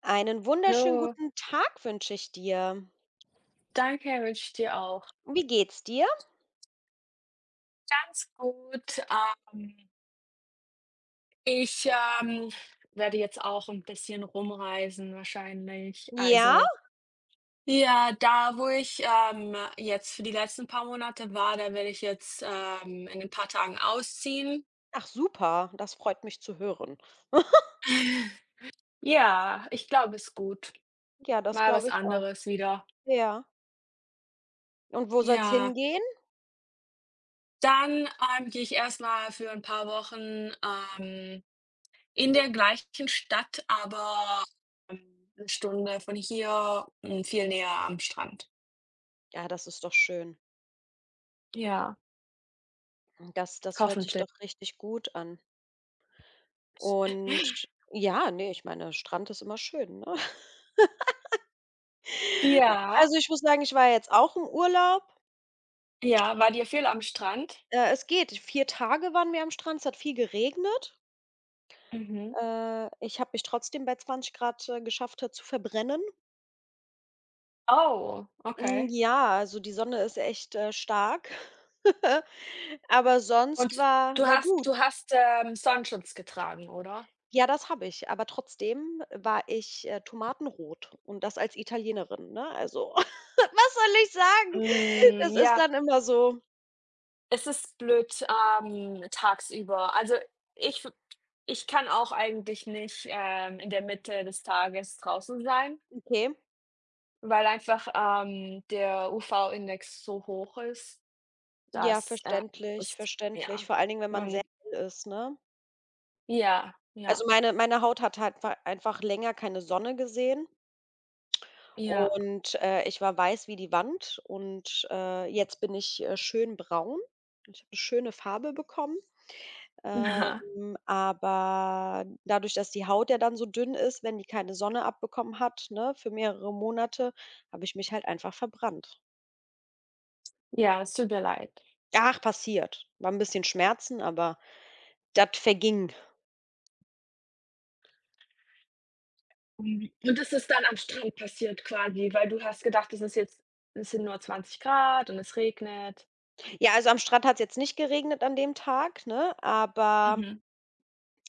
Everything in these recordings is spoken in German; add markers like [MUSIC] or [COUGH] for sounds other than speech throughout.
Einen wunderschönen Hallo, guten Tag wünsche ich dir. danke, wünsche ich dir auch. Wie geht's dir? Ganz gut. Ähm, ich werde jetzt auch ein bisschen rumreisen wahrscheinlich. Ja? Also, ja, da, wo ich jetzt für die letzten paar Monate war, da werde ich jetzt in ein paar Tagen ausziehen. Ach super, das freut mich zu hören. [LAUGHS] [LAUGHS] Ja, ich glaube, es ist gut. Ja, das Mal glaube was ich auch. anderes wieder. Ja. Und wo soll's Ja, hingehen? dann gehe ich erstmal für ein paar Wochen, ähm in der gleichen Stadt, aber 'ne Stunde von hier, viel näher am Strand. Ja, das ist doch schön. Ja, Das hört sich hoffentlich. doch richtig gut an. Und ja, ne, ich meine, Strand ist immer schön, ne? [LAUGHS] Ja, Also, ich muss sagen, ich war jetzt auch im Urlaub. ja, wart ihr viel am Strand? Es geht. 4 Tage waren wir am Strand, es hat viel geregnet. Mhm. Ich habe mich trotzdem bei 20 Grad geschafft, zu verbrennen. Oh, Hm, okay. ja, also die Sonne ist echt, stark, [LAUGHS] aber sonst Und war du war hast gut. du hast, ähm, Sonnenschutz getragen, oder? Ja, das habe ich, aber trotzdem war ich, tomatenrot, und das als Italienerin, ne? Also, [LAUGHS] was soll ich sagen? Hm, Das ist ja, dann immer so: es ist blöd tagsüber. Also, ich w ich kann auch eigentlich nicht in der Mitte des Tages draußen sein. „Okay, Weil einfach der UV-Index so hoch ist, ja, dass verständlich, es, verständlich", ja, vor allen Dingen, wenn man sehr man, hell ist, ne? ja, ja, Also, meine Haut hat halt wei einfach länger keine Sonne gesehen, ja, und, ich war weiß wie die Wand, und, jetzt bin ich, schön braun. Ich habe eine schöne Farbe bekommen. [LAUGHS] Aber dadurch, dass die Haut ja dann so dünn ist, wenn die keine Sonne abbekommen hat, ne, für mehrere Monate, habe ich mich halt einfach verbrannt. ja, es tut mir leid. Ach, passiert. War ein bisschen Schmerzen, aber das verging. Mhm. Und das ist dann am Strand passiert quasi, weil du hast gedacht, es ist jetzt es sind nur 20 Grad und es regnet. Ja, also, am Strand hat es jetzt nicht geregnet an dem Tag, ne, aber Mhm.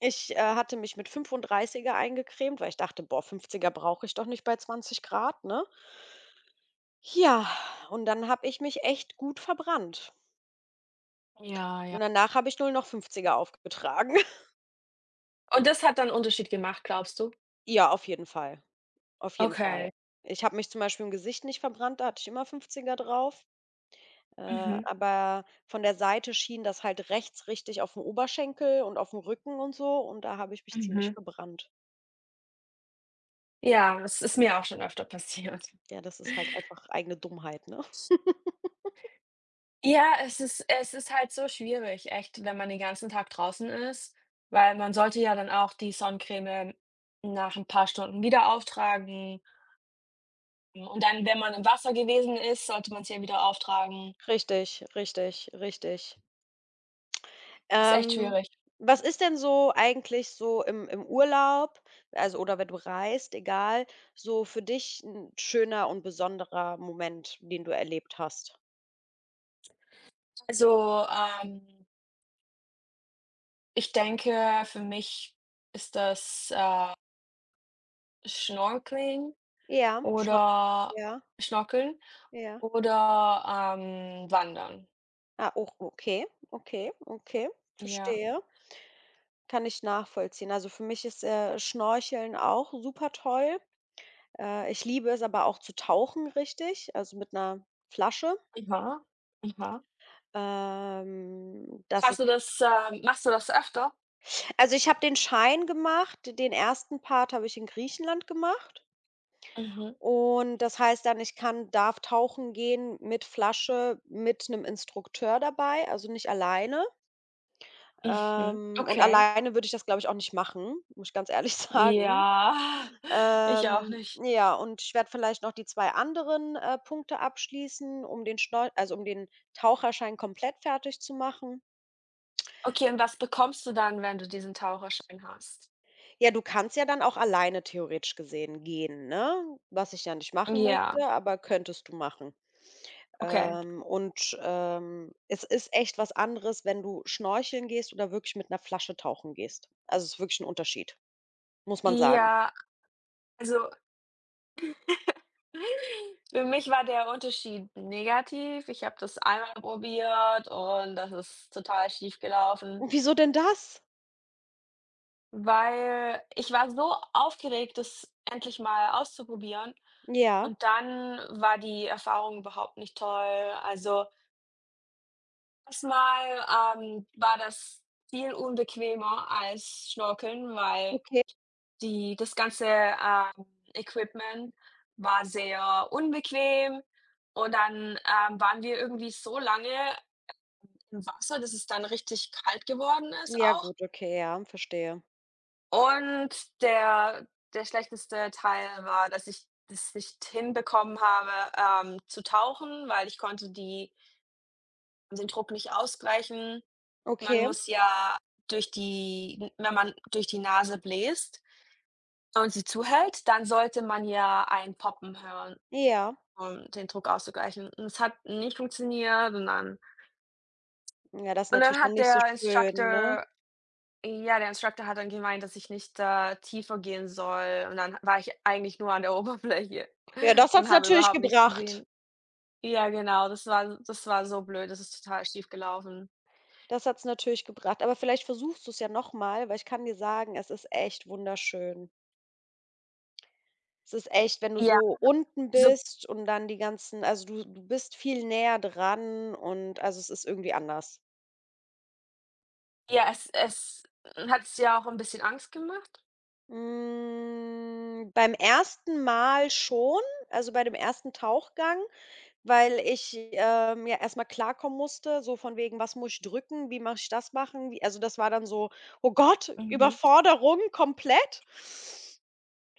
ich, hatte mich mit 35er eingecremt, weil ich dachte: „Boah, 50er brauche ich doch nicht bei 20 Grad, ne?" Ja, und dann habe ich mich echt gut verbrannt. Ja, ja. Und danach habe ich nur noch 50er aufgetragen. [LAUGHS] Und das hat dann 'n Unterschied gemacht, glaubst du? Ja, auf jeden Fall. Auf jeden Fall. Okay. Ich habe mich zum Beispiel im Gesicht nicht verbrannt, da hatte ich immer Fünfziger drauf, Mhm, aber von der Seite schien das halt rechts richtig auf dem Oberschenkel und auf dem Rücken und so, und da habe ich mich ziemlich mhm. verbrannt. Ja, das ist mir auch schon öfter passiert. Ja, das ist halt [LAUGHS] einfach eigene Dummheit, ne? [LAUGHS] Ja, es ist halt so schwierig, echt, wenn man den ganzen Tag draußen ist, weil man sollte ja dann auch die Sonnencreme nach ein paar Stunden wieder auftragen. Und dann, wenn man im Wasser gewesen ist, sollte man es ja wieder auftragen. Richtig, richtig, richtig. Ist echt Ähm, schwierig. Was ist denn so eigentlich so im Urlaub, also oder wenn du reist, egal, so für dich ein schöner und besonderer Moment, den du erlebt hast? Also, ich denke, für mich ist das Snorkeling Ja, schon, oder ja. Schnorkeln Ja. oder Wandern. Ah, oh okay, okay, okay, Ja. verstehe. Kann ich nachvollziehen. Also für mich ist, Schnorcheln auch super toll. Ich liebe es aber auch zu tauchen, richtig, also mit einer Flasche. Aha. Aha. Das Hast ist du das, ähm machst du das öfter? Also, ich habe den Schein gemacht, den ersten Part habe ich in Griechenland gemacht, Mhm, und das heißt dann, ich kann darf tauchen gehen mit Flasche, mit einem Instrukteur dabei, also nicht alleine. mhm. Und Okay. alleine würde ich das, glaube ich, auch nicht machen, muss ich ganz ehrlich [LAUGHS] sagen. Ja, [LAUGHS] ich auch nicht. Ja, und ich werde vielleicht noch die 2 anderen, Punkte abschließen, um den Schnor also, um den Taucherschein komplett fertig zu machen. Okay, und was bekommst du dann, wenn du diesen Taucherschein hast? Ja, du kannst ja dann auch alleine theoretisch gesehen gehen, ne? Was ich ja nicht machen Ja, möchte, aber könntest du machen. okay. Es ist echt was anderes, wenn du schnorcheln gehst oder wirklich mit einer Flasche tauchen gehst. Also, es ist wirklich ein Unterschied, muss man sagen. Ja, also [LAUGHS] für mich war der Unterschied negativ. Ich habe das einmal probiert und das ist total schief gelaufen, Wieso denn das? weil ich war so aufgeregt, das endlich mal auszuprobieren Ja, und dann war die Erfahrung überhaupt nicht toll. Also erstmal, war das viel unbequemer als Schnorcheln, weil okay. die das ganze Equipment war sehr unbequem und dann waren wir irgendwie so lange im Wasser, dass es dann richtig kalt geworden ist Ja auch. gut, okay, ja, verstehe. Und der schlechteste Teil war, dass ich das nicht hinbekommen habe zu tauchen, weil ich konnte die den Druck nicht ausgleichen. Man Okay, muss ja durch die wenn man durch die Nase bläst und sie zuhält, dann sollte man ja ein Poppen hören, ja. um den Druck auszugleichen. Und es hat nicht funktioniert und dann Ja, das ist und natürlich dann dann hat nicht so der schön, ne? Instructor ja, der Instructor hat dann gemeint, dass ich nicht da tiefer gehen soll und dann war ich eigentlich nur an der [LAUGHS] Oberfläche Ja, das und hat's habe natürlich überhaupt nichts gebracht. gesehen. Ja, genau, das war so blöd, das ist total schief gelaufen. Das hat's natürlich gebracht. Aber vielleicht versuchst du es ja noch mal, weil ich kann dir sagen, es ist echt wunderschön. Es ist echt, wenn du Ja, so unten so, bist und dann die ganzen also, du bist viel näher dran, und also, es ist irgendwie anders. ja, es hat's ja auch 'n bisschen Angst gemacht. Hm, beim ersten Mal schon, also, bei dem ersten Tauchgang, weil ich, ja erst mal klarkommen musste, so von wegen: „Was muss ich drücken? Wie mache ich das machen?" Wie Also, das war dann so: „Oh Gott, Mhm. Überforderung komplett."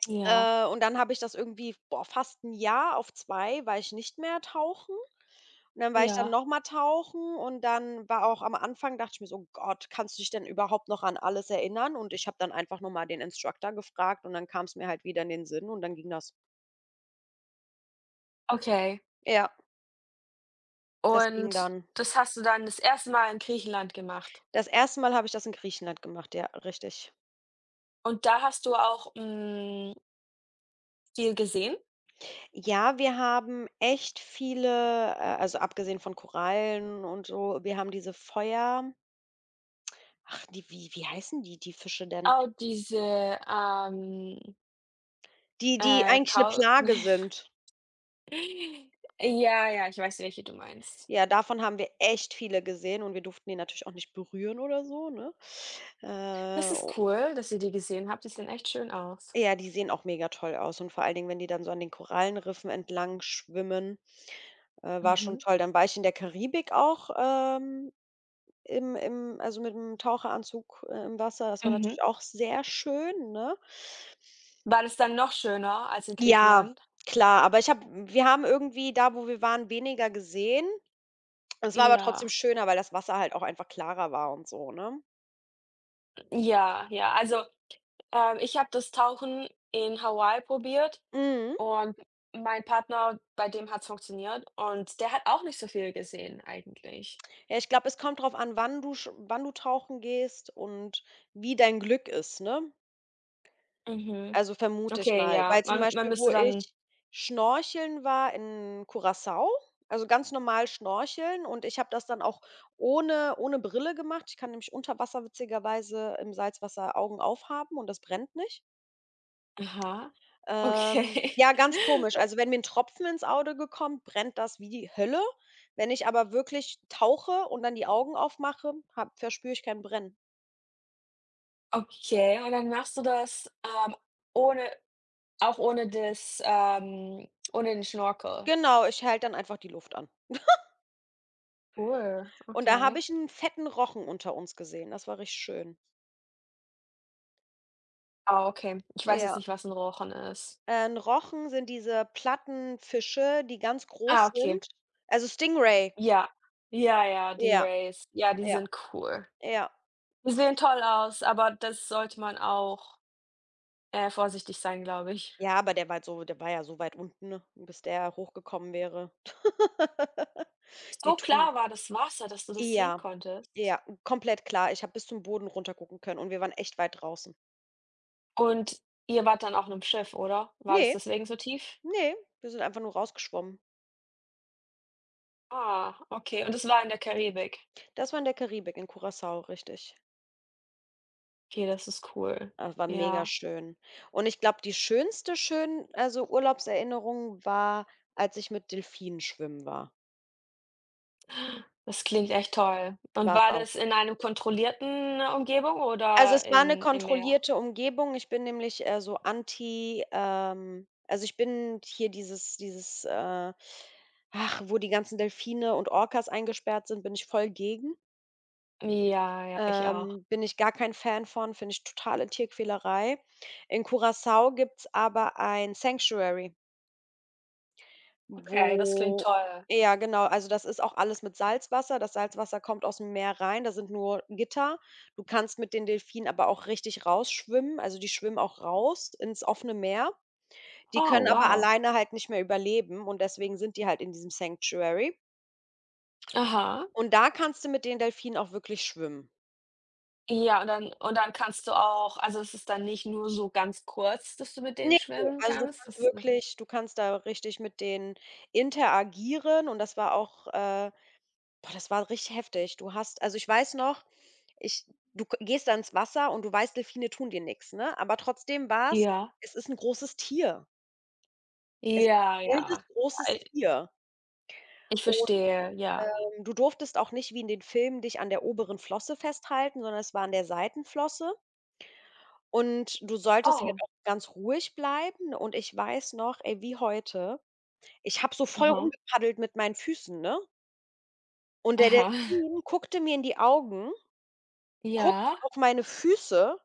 Ja, Und dann habe ich das irgendwie, boah, fast ein Jahr auf 2 war ich nicht mehr tauchen. Und dann war ich dann ja, noch mal tauchen, und dann war auch am Anfang dachte ich mir so: „Oh Gott, kannst du dich denn überhaupt noch an alles erinnern?" Und ich habe dann einfach noch mal den Instructor gefragt, und dann kam es mir halt wieder in den Sinn, und dann ging das. okay. Ja, das ging Und dann. das hast du dann das erste Mal in Griechenland gemacht. Das erste Mal habe ich das in Griechenland gemacht, ja, richtig. Und da hast du auch, viel gesehen? Ja, wir haben echt viele, also, abgesehen von Korallen und so, wir haben diese Feuer ach, die wie heißen die, die Fische denn? Oh, diese, Die die eigentlich eine Kau Plage [LAUGHS] sind. Ja, ja, ich weiß, welche du meinst. Ja, davon haben wir echt viele gesehen, und wir durften die natürlich auch nicht berühren oder so, ne? Das ist O cool, dass ihr die gesehen habt. Die sehen echt schön aus. Ja, die sehen auch mega toll aus, und vor allen Dingen, wenn die dann so an den Korallenriffen entlang schwimmen, war schon Mhm, toll. Dann war ich in der Karibik auch, im also, mit dem Taucheranzug, im Wasser. Das war mhm. natürlich auch sehr schön, ne? War das dann noch schöner als in Ja, Griechenland? klar, aber ich habe wir haben irgendwie da, wo wir waren, weniger gesehen. Es war aber trotzdem Ja, schöner, weil das Wasser halt auch einfach klarer war und so, ne? ja, ja. Also, ich habe das Tauchen in Hawaii probiert. Mhm. Und mein Partner, bei dem hat es funktioniert und der hat auch nicht so viel gesehen eigentlich. Ja, ich glaube, es kommt drauf an, wann du tauchen gehst und wie dein Glück ist, ne? Mhm. Also, vermute ich Okay, mal. ja, Weil zum man Beispiel, wo müsste dann. ich schnorcheln war in Curaçao, also ganz normal schnorcheln, und ich habe das dann auch ohne Brille gemacht. Ich kann nämlich unter Wasser witzigerweise im Salzwasser Augen aufhaben, und das brennt nicht. Aha, okay. Ja, ganz komisch. [LAUGHS] Also, wenn mir ein Tropfen ins Auge gekommen, brennt das wie die Hölle. Wenn ich aber wirklich tauche und dann die Augen aufmache, habe verspüre ich kein Brennen. O okay, und dann machst du das ohne auch ohne das ohne den Schnorchel? Genau, ich halte dann einfach die Luft an. Cool, Und da habe okay. ich einen fetten Rochen unter uns gesehen. Das war richtig schön. Ah, okay. Ich weiß jetzt Ja, nicht, was ein Rochen ist. 'N Rochen sind diese Plattenfische, die ganz groß Ah, okay. sind. Also Stingray. Ja. Ja, ja, die Ja, Rays. Ja, die ja, sind cool. ja. Die sehen toll aus, aber das sollte man auch vorsichtig sein, glaube ich. Ja, aber der war ja so weit unten, ne, bis der hochgekommen wäre. [LAUGHS] Die So tun klar war das Wasser, dass du das sehen Ja, konntest. ja, komplett klar. Ich habe bis zum Boden runtergucken können, und wir waren echt weit draußen. Und ihr wart dann auch auf 'nem Schiff, oder? War das Ne, deswegen so tief? ne, wir sind einfach nur rausgeschwommen. Ah, okay. Und das war in der Karibik. Das war in der Karibik, in Curaçao, richtig. Okay, das ist cool. Das war mega Ja, schön. Und ich glaube, die schönste schön also, Urlaubserinnerung war, als ich mit Delfinen schwimmen war. das klingt echt toll. Und War's war auch. das in einem kontrollierten Umgebung Also, oder es war 'ne in im Meer? kontrollierte Umgebung. Ich bin nämlich, so anti also, ich bin hier dieses, ach, wo die ganzen Delfine und Orcas eingesperrt sind, bin ich voll gegen. Ja, ja, ich auch. Bin ich gar kein Fan von, finde ich totale Tierquälerei. In Curaçao gibt's aber ein Sanctuary. Okay, das klingt Wo toll. Ja, genau, also das ist auch alles mit Salzwasser. Das Salzwasser kommt aus dem Meer rein, da sind nur Gitter. Du kannst mit den Delfinen aber auch richtig rausschwimmen. Also, die schwimmen auch raus ins offene Meer. Die Oh, können aber wow. alleine halt nicht mehr überleben, und deswegen sind die halt in diesem Sanctuary. Aha. Und da kannst du mit den Delfinen auch wirklich schwimmen. Ja, und dann kannst du auch, also, es ist dann nicht nur so ganz kurz, dass du mit denen Ne, schwimmen also kannst? Das du kannst da richtig mit denen interagieren, und das war auch, boah, das war richtig heftig. Du hast Also, ich weiß noch, ich du k gehst da ins Wasser, und du weißt, Delfine tun dir nichts, ne? Aber trotzdem war es Ja, Es ist ein großes Tier. Es ist ja, ein wildes, ja. großes Ei Tier. Ich Und, verstehe, ja. Du durftest auch nicht wie in den Filmen dich an der oberen Flosse festhalten, sondern es war an der Seitenflosse. Und du solltest halt Oh, auch ganz ruhig bleiben. Und ich weiß noch, ey, wie heute, ich habe so voll aha, rumgepaddelt mit meinen Füßen, ne? Und der aha, Delfin guckte mir in die Augen. Guckte ja. auf meine Füße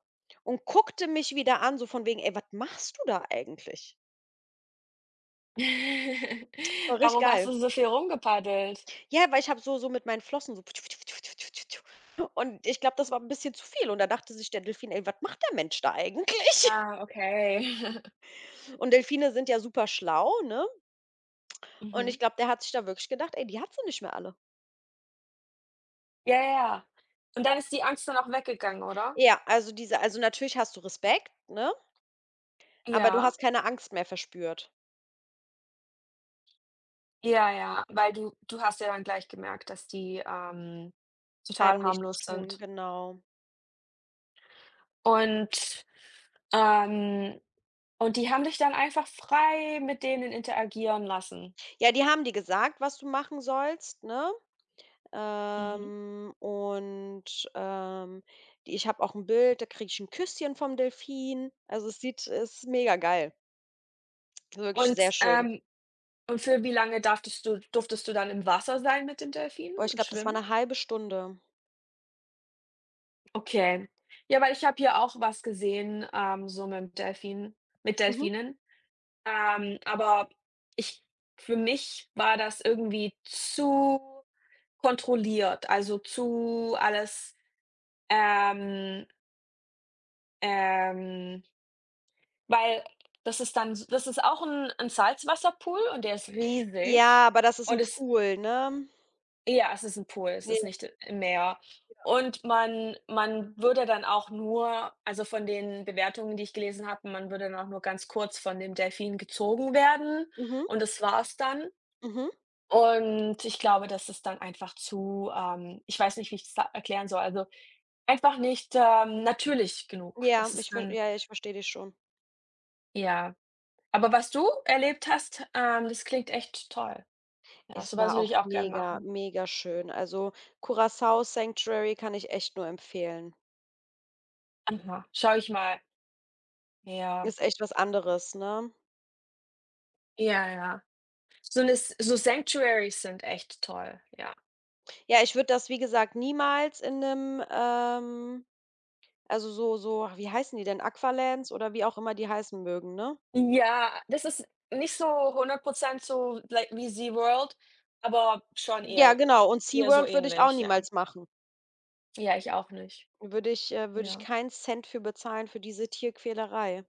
und guckte mich wieder an, so von wegen: „Ey, was machst du da eigentlich?" [LAUGHS] War richtig Warum hast geil. du so viel rumgepaddelt? Ja, weil ich habe so mit meinen Flossen so [UNINTELLIGIBLE] und ich glaube, das war 'n bisschen zu viel, und da dachte sich der Delfin: „Ey, was macht der Mensch da eigentlich?" [LAUGHS] Ah, okay. [LAUGHS] Und Delfine sind ja super schlau, ne? Und ich Mhm. glaube, der hat sich da wirklich gedacht: „Ey, die hat sie nicht mehr alle." Ja, ja, ja. Und dann ist die Angst dann auch weggegangen, oder? Ja, also diese also natürlich hast du Respekt, ne, aber du Ja, hast keine Angst mehr verspürt, ja, ja, weil du hast ja dann gleich gemerkt, dass die einem total nichts harmlos tun, sind. genau. Und, ähm und die haben dich dann einfach frei mit denen interagieren lassen. Ja, die haben dir gesagt, was du machen sollst, ne? Mhm. Und, ähm, die Ich habe auch ein Bild, da kriege ich ein Küsschen vom Delfin. Also, es ist mega geil. Also, wirklich sehr Und, schön. ähm Und für wie lange darftest du durftest du dann im Wasser sein mit den Delfinen Boah, ich und glaube, das war schwimmen? eine halbe Stunde. Okay. Ja, weil ich habe hier auch was gesehen, so mit Mhm. Delfinen. Aber ich für mich war das irgendwie zu kontrolliert, also zu alles, ähm, ähm weil das ist auch ein 'n Salzwasserpool und der ist Ja, riesig aber das ist ein und es, Pool, ne? ja, es ist 'n Pool, es ist Ja. nicht im Meer. Und man würde dann auch nur, also, von den Bewertungen, die ich gelesen habe, man würde dann auch nur ganz kurz von dem Delfin gezogen werden Mhm, und das war's dann. mhm. Und ich glaube, das ist dann einfach zu. Ich weiß nicht, wie ich das da erklären soll, also, einfach nicht natürlich genug. Ja, Das ist ich ver dann ja, ja, ich verstehe dich schon. ja. Aber was du erlebt hast, das klingt echt toll. Ja, Es so was war würde ich auch auch gern mega, machen. mega schön. Also, Curaçao Sanctuary kann ich echt nur empfehlen. Aha, schaue ich mal. Ja. Ist echt was anderes, ne? Ja, ja. So 'ne S so Sanctuaries sind echt toll, ja. Ja, ich würde das, wie gesagt, niemals in einem also so ach, wie heißen die denn? Aqualands oder wie auch immer die heißen mögen, ne? Ja, das ist nicht so 100% so like wie SeaWorld, aber schon Ja, eher genau. Und eher so SeaWorld würde ich auch ähnlich, ja. niemals machen. Ja, ich auch nicht. Würde ich Ja. keinen Cent für bezahlen für diese Tierquälerei.